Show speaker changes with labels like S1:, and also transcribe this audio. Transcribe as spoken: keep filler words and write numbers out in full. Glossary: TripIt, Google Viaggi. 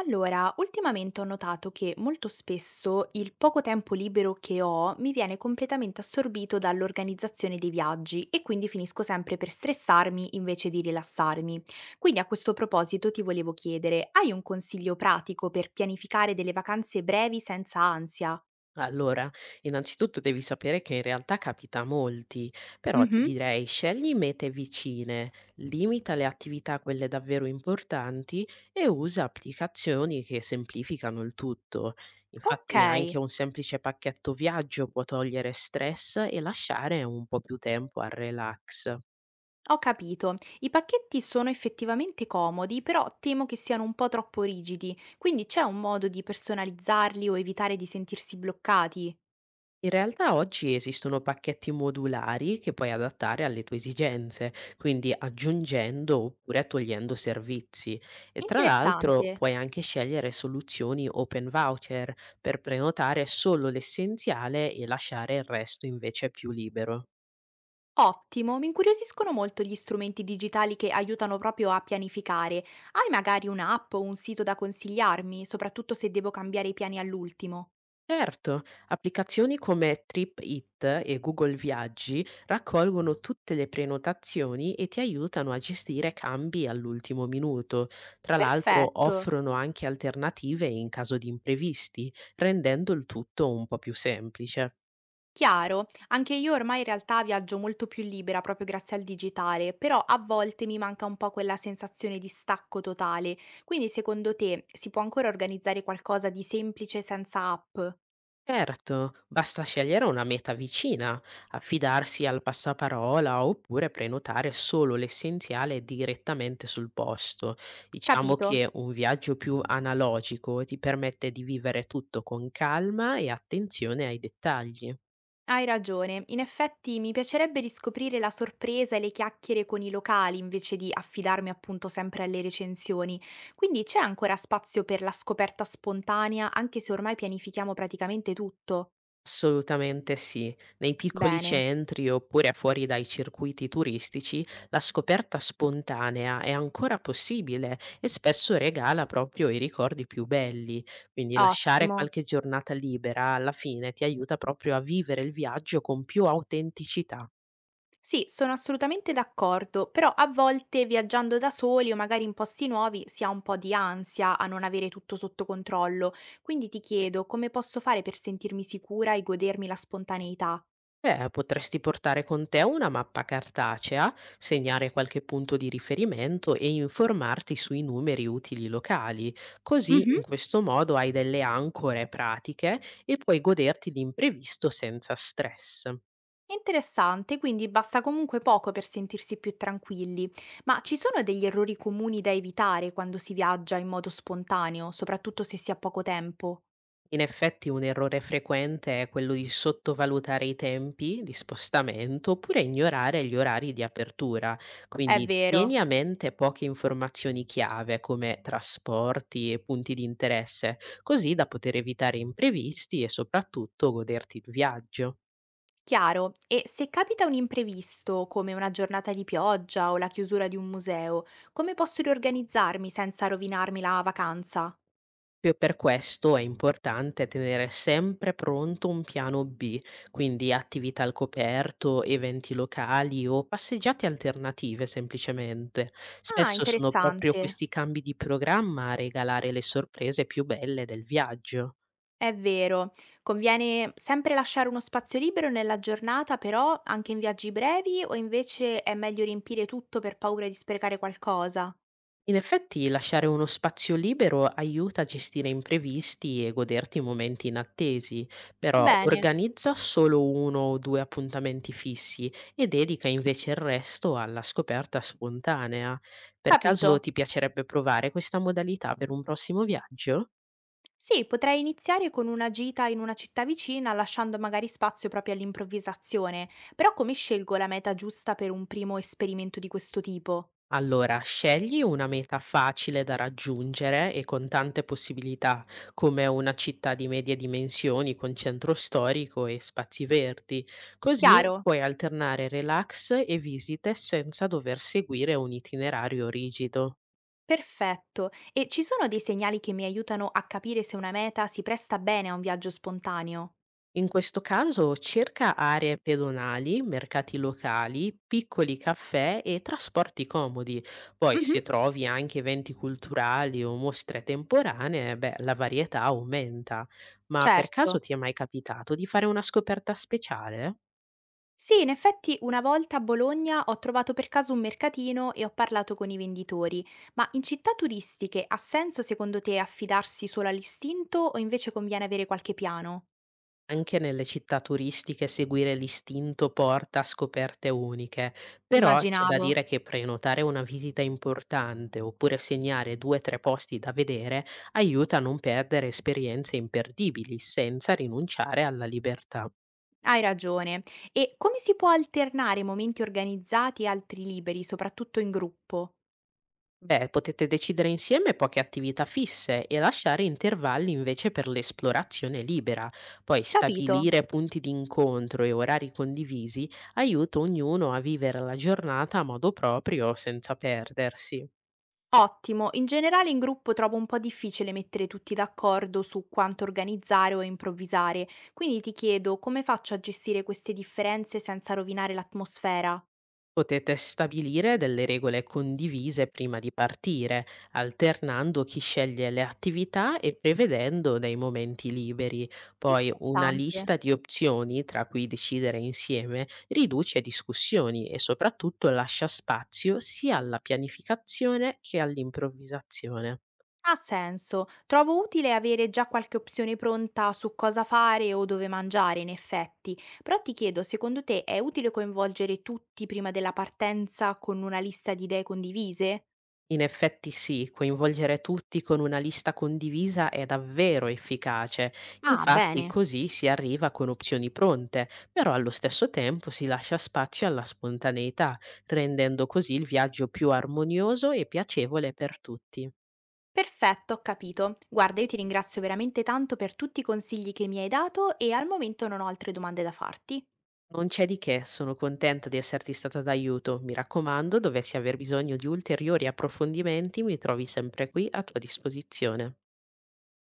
S1: Allora, ultimamente ho notato che molto spesso il poco tempo libero che ho mi viene completamente assorbito dall'organizzazione dei viaggi e quindi finisco sempre per stressarmi invece di rilassarmi. Quindi a questo proposito ti volevo chiedere, hai un consiglio pratico per pianificare delle vacanze brevi senza ansia?
S2: Allora, innanzitutto devi sapere che in realtà capita a molti, però ti
S1: Mhm.
S2: direi scegli mete vicine, limita le attività a quelle davvero importanti e usa applicazioni che semplificano il tutto.
S1: Ok,
S2: Infatti anche un semplice pacchetto viaggio può togliere stress e lasciare un po' più tempo al relax.
S1: ho capito. I pacchetti sono effettivamente comodi, però temo che siano un po' troppo rigidi, quindi c'è un modo di personalizzarli o evitare di sentirsi bloccati?
S2: In realtà oggi esistono pacchetti modulari che puoi adattare alle tue esigenze, quindi aggiungendo oppure togliendo servizi. E tra
S1: Interessante,
S2: l'altro puoi anche scegliere soluzioni open voucher per prenotare solo l'essenziale e lasciare il resto invece più libero.
S1: ottimo, mi incuriosiscono molto gli strumenti digitali che aiutano proprio a pianificare. Hai magari un'app o un sito da consigliarmi, soprattutto se devo cambiare i piani all'ultimo?
S2: Certo, applicazioni come TripIt e Google Viaggi raccolgono tutte le prenotazioni e ti aiutano a gestire cambi all'ultimo minuto. Tra l'altro
S1: Perfetto,
S2: offrono anche alternative in caso di imprevisti, rendendo il tutto un po' più semplice.
S1: chiaro, anche io ormai in realtà viaggio molto più libera proprio grazie al digitale, però a volte mi manca un po' quella sensazione di stacco totale. Quindi secondo te si può ancora organizzare qualcosa di semplice senza app?
S2: Certo, basta scegliere una meta vicina, affidarsi al passaparola oppure prenotare solo l'essenziale direttamente sul posto. Diciamo
S1: Capito.
S2: che un viaggio più analogico ti permette di vivere tutto con calma e attenzione ai dettagli.
S1: Hai ragione, in effetti mi piacerebbe riscoprire la sorpresa e le chiacchiere con i locali invece di affidarmi appunto sempre alle recensioni, quindi c'è ancora spazio per la scoperta spontanea anche se ormai pianifichiamo praticamente tutto.
S2: Assolutamente sì. Nei piccoli
S1: Bene,
S2: centri oppure fuori dai circuiti turistici, la scoperta spontanea è ancora possibile e spesso regala proprio i ricordi più belli. Quindi lasciare
S1: ottimo.
S2: qualche giornata libera alla fine ti aiuta proprio a vivere il viaggio con più autenticità.
S1: Sì, sono assolutamente d'accordo, però a volte viaggiando da soli o magari in posti nuovi si ha un po' di ansia a non avere tutto sotto controllo, quindi ti chiedo come posso fare per sentirmi sicura e godermi la spontaneità.
S2: Beh, potresti portare con te una mappa cartacea, segnare qualche punto di riferimento e informarti sui numeri utili locali. Così, in
S1: Mhm.
S2: questo modo, hai delle ancore pratiche e puoi goderti l'imprevisto senza stress.
S1: È interessante, quindi basta comunque poco per sentirsi più tranquilli. Ma ci sono degli errori comuni da evitare quando si viaggia in modo spontaneo, soprattutto se si ha poco tempo?
S2: In effetti un errore frequente è quello di sottovalutare i tempi di spostamento oppure ignorare gli orari di apertura.
S1: È
S2: Quindi tieni
S1: vero,
S2: a mente poche informazioni chiave come trasporti e punti di interesse, così da poter evitare imprevisti e soprattutto goderti il viaggio.
S1: chiaro. E se capita un imprevisto, come una giornata di pioggia o la chiusura di un museo, come posso riorganizzarmi senza rovinarmi la vacanza?
S2: Proprio per questo è importante tenere sempre pronto un piano B, quindi attività al coperto, eventi locali o passeggiate alternative semplicemente.
S1: Ah,
S2: Spesso sono proprio
S1: interessante.
S2: questi cambi di programma a regalare le sorprese più belle del viaggio.
S1: È vero, conviene sempre lasciare uno spazio libero nella giornata, però anche in viaggi brevi o invece è meglio riempire tutto per paura di sprecare qualcosa?
S2: In effetti lasciare uno spazio libero aiuta a gestire imprevisti e goderti i momenti inattesi, però
S1: Bene,
S2: organizza solo uno o due appuntamenti fissi e dedica invece il resto alla scoperta spontanea. Per caso
S1: capito.
S2: ti piacerebbe provare questa modalità per un prossimo viaggio?
S1: Sì, potrei iniziare con una gita in una città vicina, lasciando magari spazio proprio all'improvvisazione, però come scelgo la meta giusta per un primo esperimento di questo tipo?
S2: Allora, scegli una meta facile da raggiungere e con tante possibilità, come una città di medie dimensioni con centro storico e spazi verdi. Così
S1: Chiaro.
S2: puoi alternare relax e visite senza dover seguire un itinerario rigido.
S1: Perfetto. E ci sono dei segnali che mi aiutano a capire se una meta si presta bene a un viaggio spontaneo?
S2: In questo caso cerca aree pedonali, mercati locali, piccoli caffè e trasporti comodi. Poi
S1: Mhm,
S2: se trovi anche eventi culturali o mostre temporanee, beh, la varietà aumenta. Ma per caso
S1: certo.
S2: ti è mai capitato di fare una scoperta speciale?
S1: Sì, in effetti una volta a Bologna ho trovato per caso un mercatino e ho parlato con i venditori, ma in città turistiche ha senso secondo te affidarsi solo all'istinto o invece conviene avere qualche piano?
S2: Anche nelle città turistiche seguire l'istinto porta a scoperte uniche, però c'è da
S1: Immaginavo.
S2: dire che prenotare una visita importante oppure segnare due o tre posti da vedere aiuta a non perdere esperienze imperdibili senza rinunciare alla libertà.
S1: Hai ragione. E come si può alternare momenti organizzati e altri liberi, soprattutto in gruppo?
S2: Beh, potete decidere insieme poche attività fisse e lasciare intervalli invece per l'esplorazione libera. Poi
S1: Capito.
S2: stabilire punti di incontro e orari condivisi aiuta ognuno a vivere la giornata a modo proprio senza perdersi.
S1: Ottimo, in generale in gruppo trovo un po' difficile mettere tutti d'accordo su quanto organizzare o improvvisare, quindi ti chiedo come faccio a gestire queste differenze senza rovinare l'atmosfera?
S2: Potete stabilire delle regole condivise prima di partire, alternando chi sceglie le attività e prevedendo dei momenti liberi. Poi una
S1: Interessante.
S2: lista di opzioni tra cui decidere insieme riduce discussioni e soprattutto lascia spazio sia alla pianificazione che all'improvvisazione.
S1: Ha senso. Trovo utile avere già qualche opzione pronta su cosa fare o dove mangiare, in effetti. Però ti chiedo, secondo te è utile coinvolgere tutti prima della partenza con una lista di idee condivise?
S2: In effetti sì, coinvolgere tutti con una lista condivisa è davvero efficace.
S1: Ah,
S2: Infatti
S1: bene.
S2: così si arriva con opzioni pronte, però allo stesso tempo si lascia spazio alla spontaneità, rendendo così il viaggio più armonioso e piacevole per tutti.
S1: Perfetto, ho capito. Guarda, io ti ringrazio veramente tanto per tutti i consigli che mi hai dato e al momento non ho altre domande da farti.
S2: Non c'è di che, sono contenta di esserti stata d'aiuto. Mi raccomando, dovessi aver bisogno di ulteriori approfondimenti, mi trovi sempre qui a tua disposizione.